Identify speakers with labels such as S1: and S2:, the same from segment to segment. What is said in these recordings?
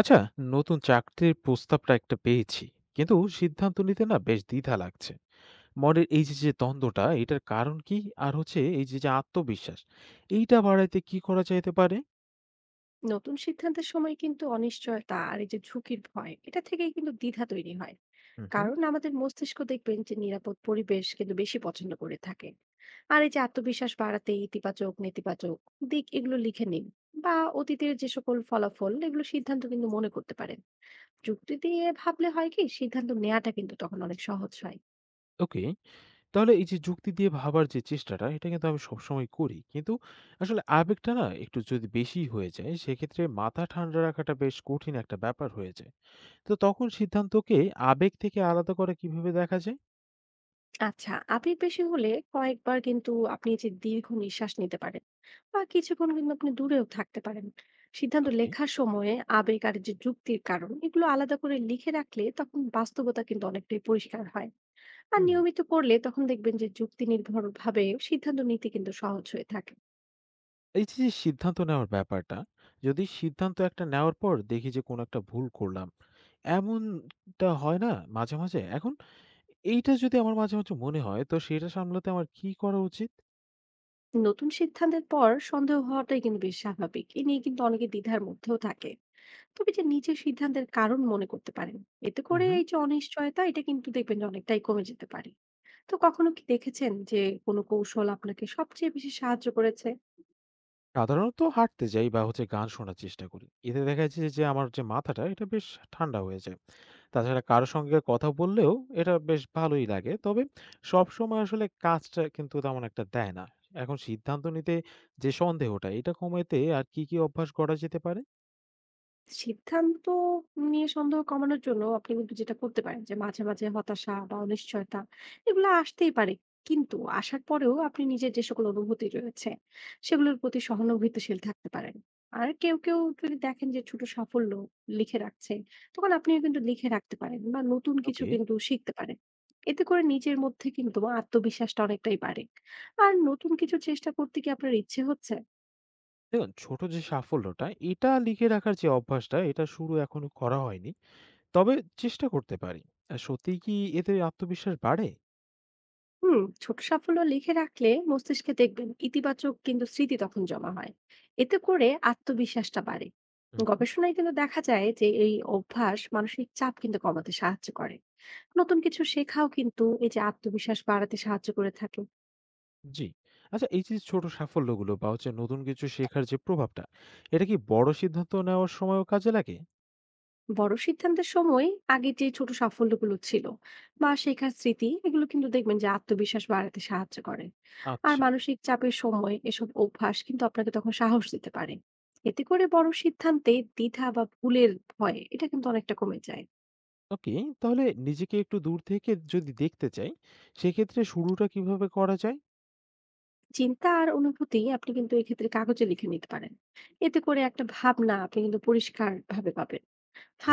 S1: আচ্ছা, নতুন চাকরির প্রস্তাবটা একটা পেয়েছি, কিন্তু সিদ্ধান্ত নিতে না বেশ দ্বিধা লাগছে। মনের এই যে যে দ্বন্দ্বটা, এটার কারণ কি? আর হচ্ছে এই যে যে আত্মবিশ্বাস, এইটা বাড়াইতে কি করা যাইতে পারে?
S2: নতুন সিদ্ধান্তের সময় কিন্তু অনিশ্চয়তা আর এই যে ঝুঁকির ভয় এটা থেকেই কিন্তু দ্বিধা তৈরি হয়।
S1: হুম, হুম।
S2: কারণ আমাদের মস্তিষ্ক দেখবেন যে নিরাপদ পরিবেশ কিন্তু বেশি পছন্দ করে থাকে। আর এই যে আত্মবিশ্বাস বাড়াতে ইতিবাচক নেতিবাচক দিক এগুলো লিখে নিন, বা অতীতের যে সকল ফলাফল এগুলো সিদ্ধান্ত কিন্তু মনে করতে পারেন। যুক্তি দিয়ে ভাবলে হয় কি, সিদ্ধান্ত নেওয়াটা কিন্তু তখন অনেক সহজ হয়।
S1: ওকে, তাহলে এই যে যুক্তি দিয়ে ভাবার যে চেষ্টাটা, এটা কিন্তু আমি সবসময় করি, কিন্তু আসলে আবেগটা না একটু যদি বেশি হয়ে যায়, সেক্ষেত্রে মাথা ঠান্ডা রাখাটা বেশ কঠিন একটা ব্যাপার হয়ে যায়। তো তখন সিদ্ধান্তকে আবেগ থেকে আলাদা করা কিভাবে দেখা যায়?
S2: আচ্ছা, আবেগ বেশি হলে কয়েকবার কিন্তু আপনি যে দীর্ঘ নিঃশ্বাস নিতে পারেন, বা কিছুক্ষণ কিন্তু আপনি দূরেও থাকতে পারেন। সিদ্ধান্ত
S1: ওকে।
S2: লেখার সময়ে আবেগ আর যে যুক্তির কারণ এগুলো আলাদা করে লিখে রাখলে তখন বাস্তবতা কিন্তু অনেকটাই পরিষ্কার হয়। আর
S1: হুম।
S2: নিয়মিত করলে তখন দেখবেন যে যুক্তি নির্ভর ভাবে সিদ্ধান্ত নিতে কিন্তু সহজ হয়ে থাকে।
S1: এই যে, যে সিদ্ধান্ত নেওয়ার ব্যাপারটা, যদি সিদ্ধান্ত একটা নেওয়ার পর দেখি যে কোনো একটা ভুল করলাম, এমনটা হয় না মাঝে, মাঝে? এখন এইটা যদি আমার মাঝে, মাঝে মনে হয়, তো সেটা সামলাতে আমার কি করা উচিত?
S2: নতুন সিদ্ধান্তের পর সন্দেহ হওয়াটাই কিন্তু বেশ স্বাভাবিক, এ নিয়ে কিন্তু অনেকে দ্বিধার মধ্যেও থাকে। তবে যে নিজের সিদ্ধান্তের কারণ মনে করতে পারেন, এতে
S1: হু,
S2: করে
S1: হু।
S2: এই যে অনিশ্চয়তা এটা কিন্তু দেখবেন যে অনেকটাই কমে যেতে পারে। তো কখনো কি দেখেছেন যে কোনো কৌশল আপনাকে সবচেয়ে বেশি সাহায্য করেছে?
S1: সাধারণত হাঁটতে যাই বা হচ্ছে গান শোনার চেষ্টা করি। এতে দেখা যাচ্ছে যে আমার যে মাথাটা এটা বেশ ঠান্ডা হয়ে যায়। তাছাড়া কারো সঙ্গে কথা বললেও এটা বেশ ভালোই লাগে। তবে সবসময় আসলে কাজটা কিন্তু তেমন একটা দেয় না। এখন সিদ্ধান্ত নিতে যে সন্দেহটা, এটা কমাতে আর কি, কি অভ্যাস গড়া যেতে পারে?
S2: সিদ্ধান্ত নিয়ে সন্দেহ কমানোর জন্য আপনি কিন্তু যেটা করতে পারেন, যে মাঝে মাঝে হতাশা বা অনিশ্চয়তা এগুলো আসতেই পারে, কিন্তু আসার পরেও আপনি নিজের যে সকল অনুভূতি রয়েছে সেগুলোর প্রতি সহানুভূতিশীল থাকতে পারেন। আর কেউ কেউ যদি দেখেন যে ছোট সাফল্য লিখে রাখছে, তখন আপনিও কিন্তু লিখে রাখতে পারেন বা নতুন কিছু
S1: ওকে,
S2: কিন্তু শিখতে পারেন। এতে করে নিজের মধ্যে কিন্তু আত্মবিশ্বাসটা অনেকটাই বাড়ে। আর নতুন কিছু চেষ্টা করতে কি আপনার ইচ্ছে হচ্ছে?
S1: দেখুন ছোট যে সাফল্যটা, এটা লিখে রাখার যে অভ্যাসটা, এটা শুরু এখনো করা হয়নি। তবে চেষ্টা করতে পারি। আ সত্যিই কি এতে আত্মবিশ্বাস বাড়ে?
S2: হুম, ছোট সাফল্য লিখে রাখলে মস্তিষ্কে দেখবেন ইতিবাচক কিন্তু স্মৃতি তখন জমা হয়। এতে করে আত্মবিশ্বাসটা বাড়ে।
S1: হুম, হুম।
S2: গবেষণায় কিন্তু দেখা যায় যে এই অভ্যাস মানসিক চাপ কিন্তু কমাতে সাহায্য করে। নতুন কিছু শেখাও কিন্তু এই যে আত্মবিশ্বাস বাড়াতে সাহায্য করে থাকে।
S1: জি। আচ্ছা, এই যে ছোট সাফল্যগুলো বা হচ্ছে নতুন কিছু শেখার যে প্রভাবটা, এটা কি বড় সিদ্ধান্ত নেওয়ার সময়ও কাজে লাগে?
S2: বড় সিদ্ধান্তের সময় আগে যে ছোট সাফল্যগুলো ছিল বা শেখার স্মৃতি এগুলো কিন্তু দেখবেন যে আত্মবিশ্বাস বাড়াতে সাহায্য করে। আর
S1: আচ্ছা।
S2: মানসিক চাপের সময় এসব অভ্যাস কিন্তু আপনাকে তখন সাহস দিতে পারে। এতে করে বড় সিদ্ধান্তে দ্বিধা বা ভুলের ভয় এটা কিন্তু অনেকটা কমে যায়।
S1: ওকে, তাহলে নিজেকে একটু দূর থেকে যদি দেখতে চাই, সেক্ষেত্রে শুরুটা কিভাবে করা যায়?
S2: চিন্তা আর অনুভূতি আপনি কিন্তু এক্ষেত্রে কাগজে লিখে নিতে পারেন। এতে করে একটা ভাবনা আপনি কিন্তু পরিষ্কার ভাবে পাবেন।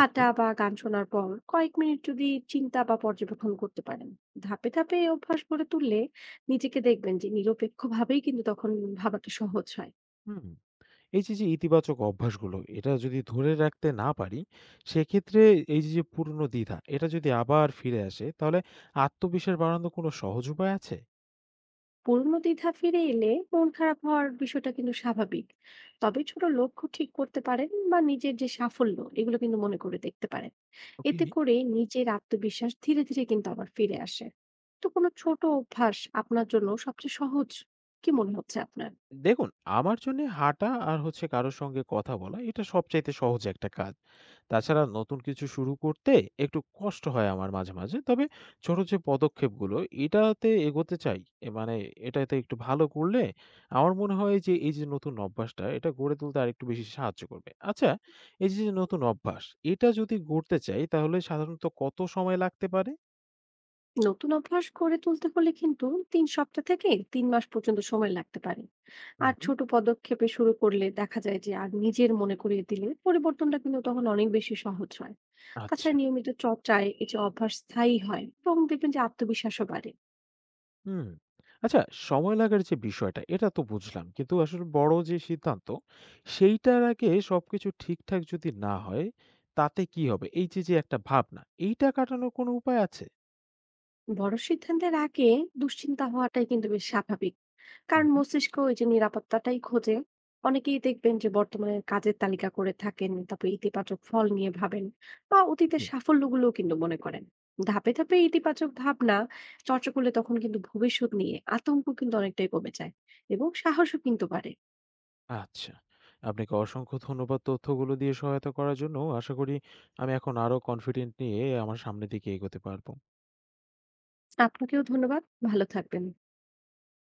S1: ওকে।
S2: বা গান শোনার পর কয়েক মিনিট যদি চিন্তা বা পর্যবেক্ষণ করতে পারেন, ধাপে ধাপে এই অভ্যাস গড়ে তুললে নিজেকে দেখবেন যে নিরপেক্ষভাবেই কিন্তু তখন ভাবাটা সহজ হয়।
S1: হুম, এই যে, যে ইতিবাচক অভ্যাসগুলো, এটা যদি ধরে রাখতে না পারি, সেক্ষেত্রে এই যে, যে পুরনো দ্বিধা, এটা যদি আবার ফিরে আসে, তাহলে আত্মবিশ্বাস বাড়ানোর কোনো সহজ উপায় আছে?
S2: পুরনো দ্বিধা ফিরে এলে মন খারাপ হওয়ার বিষয়টা কিন্তু স্বাভাবিক। তবে ছোট লক্ষ্য ঠিক করতে পারেন বা নিজের যে সাফল্য এগুলো কিন্তু মনে করে দেখতে পারেন।
S1: ওকে।
S2: এতে করে নিজের আত্মবিশ্বাস ধীরে ধীরে কিন্তু আবার ফিরে আসে। তো কোনো ছোট অভ্যাস আপনার জন্য সবচেয়ে সহজ কি মনে হচ্ছে আপনার?
S1: দেখুন, আমার জন্য হাঁটা আর হচ্ছে কারো সঙ্গে কথা বলা, এটা সবচাইতে সহজ একটা কাজ। তাছাড়া নতুন কিছু শুরু করতে একটু কষ্ট হয় আমার মাঝে, মাঝে। তবে ছোট যে পদক্ষেপগুলো, এটাতে এগোতে চাই। এ মানে, এটাতে একটু ভালো করলে আমার মনে হয় যে এই যে নতুন অভ্যাসটা, এটা গড়ে তুলতে আরেকটু বেশি সাহায্য করবে। আচ্ছা, এই যে, যে নতুন অভ্যাস, এটা যদি গড়তে চাই, তাহলে সাধারণত কত সময় লাগতে পারে?
S2: নতুন অভ্যাস গড়ে তুলতে হলে কিন্তু 3 সপ্তাহ থেকে 3 মাস পর্যন্ত সময় লাগতে পারে।
S1: হুম,
S2: আর
S1: হুম।
S2: ছোট পদক্ষেপে শুরু করলে দেখা যায় যে, আর নিজের মনে করিয়ে দিলে পরিবর্তনটা কিন্তু তখন অনেক বেশি সহজ হয়।
S1: আচ্ছা।
S2: তাছাড়া নিয়মিত চর্চায় এই যে অভ্যাস স্থায়ী হয় এবং দেখবেন যে আত্মবিশ্বাসও বাড়ে।
S1: হুম। আচ্ছা, সময় লাগার যে বিষয়টা, এটা তো বুঝলাম। কিন্তু আসলে বড় যে সিদ্ধান্ত, সেইটার আগে সবকিছু ঠিকঠাক যদি না হয়, তাতে কি হবে? এই যে, যে একটা ভাবনা, এইটা কাটানোর কোনো উপায় আছে?
S2: বড় সিদ্ধান্তের আগে দুশ্চিন্তা হওয়াটাই কিন্তু বেশ স্বাভাবিক,
S1: হু,
S2: কারণ
S1: হু।
S2: মস্তিষ্ক ওই যে নিরাপত্তাটাই খোঁজে। অনেকেই দেখবেন যে বর্তমানে কাজের তালিকা করে থাকেন, তারপর ইতিবাচক ফল নিয়ে ভাবেন বা অতীতের
S1: জি।
S2: সাফল্যগুলোও কিন্তু মনে করেন। ধাপে ধাপে ইতিবাচক ভাবনা চর্চা করলে তখন কিন্তু ভবিষ্যৎ নিয়ে আতঙ্ক কিন্তু অনেকটাই কমে যায় এবং সাহসও কিন্তু বাড়ে।
S1: আচ্ছা। আপনাকে অসংখ্য ধন্যবাদ তথ্যগুলো দিয়ে সহায়তা করার জন্য। আশা করি আমি এখন আরো কনফিডেন্ট নিয়ে আমার সামনের দিকে এগোতে পারব।
S2: আপনাকেও ধন্যবাদ। ভালো থাকবেন।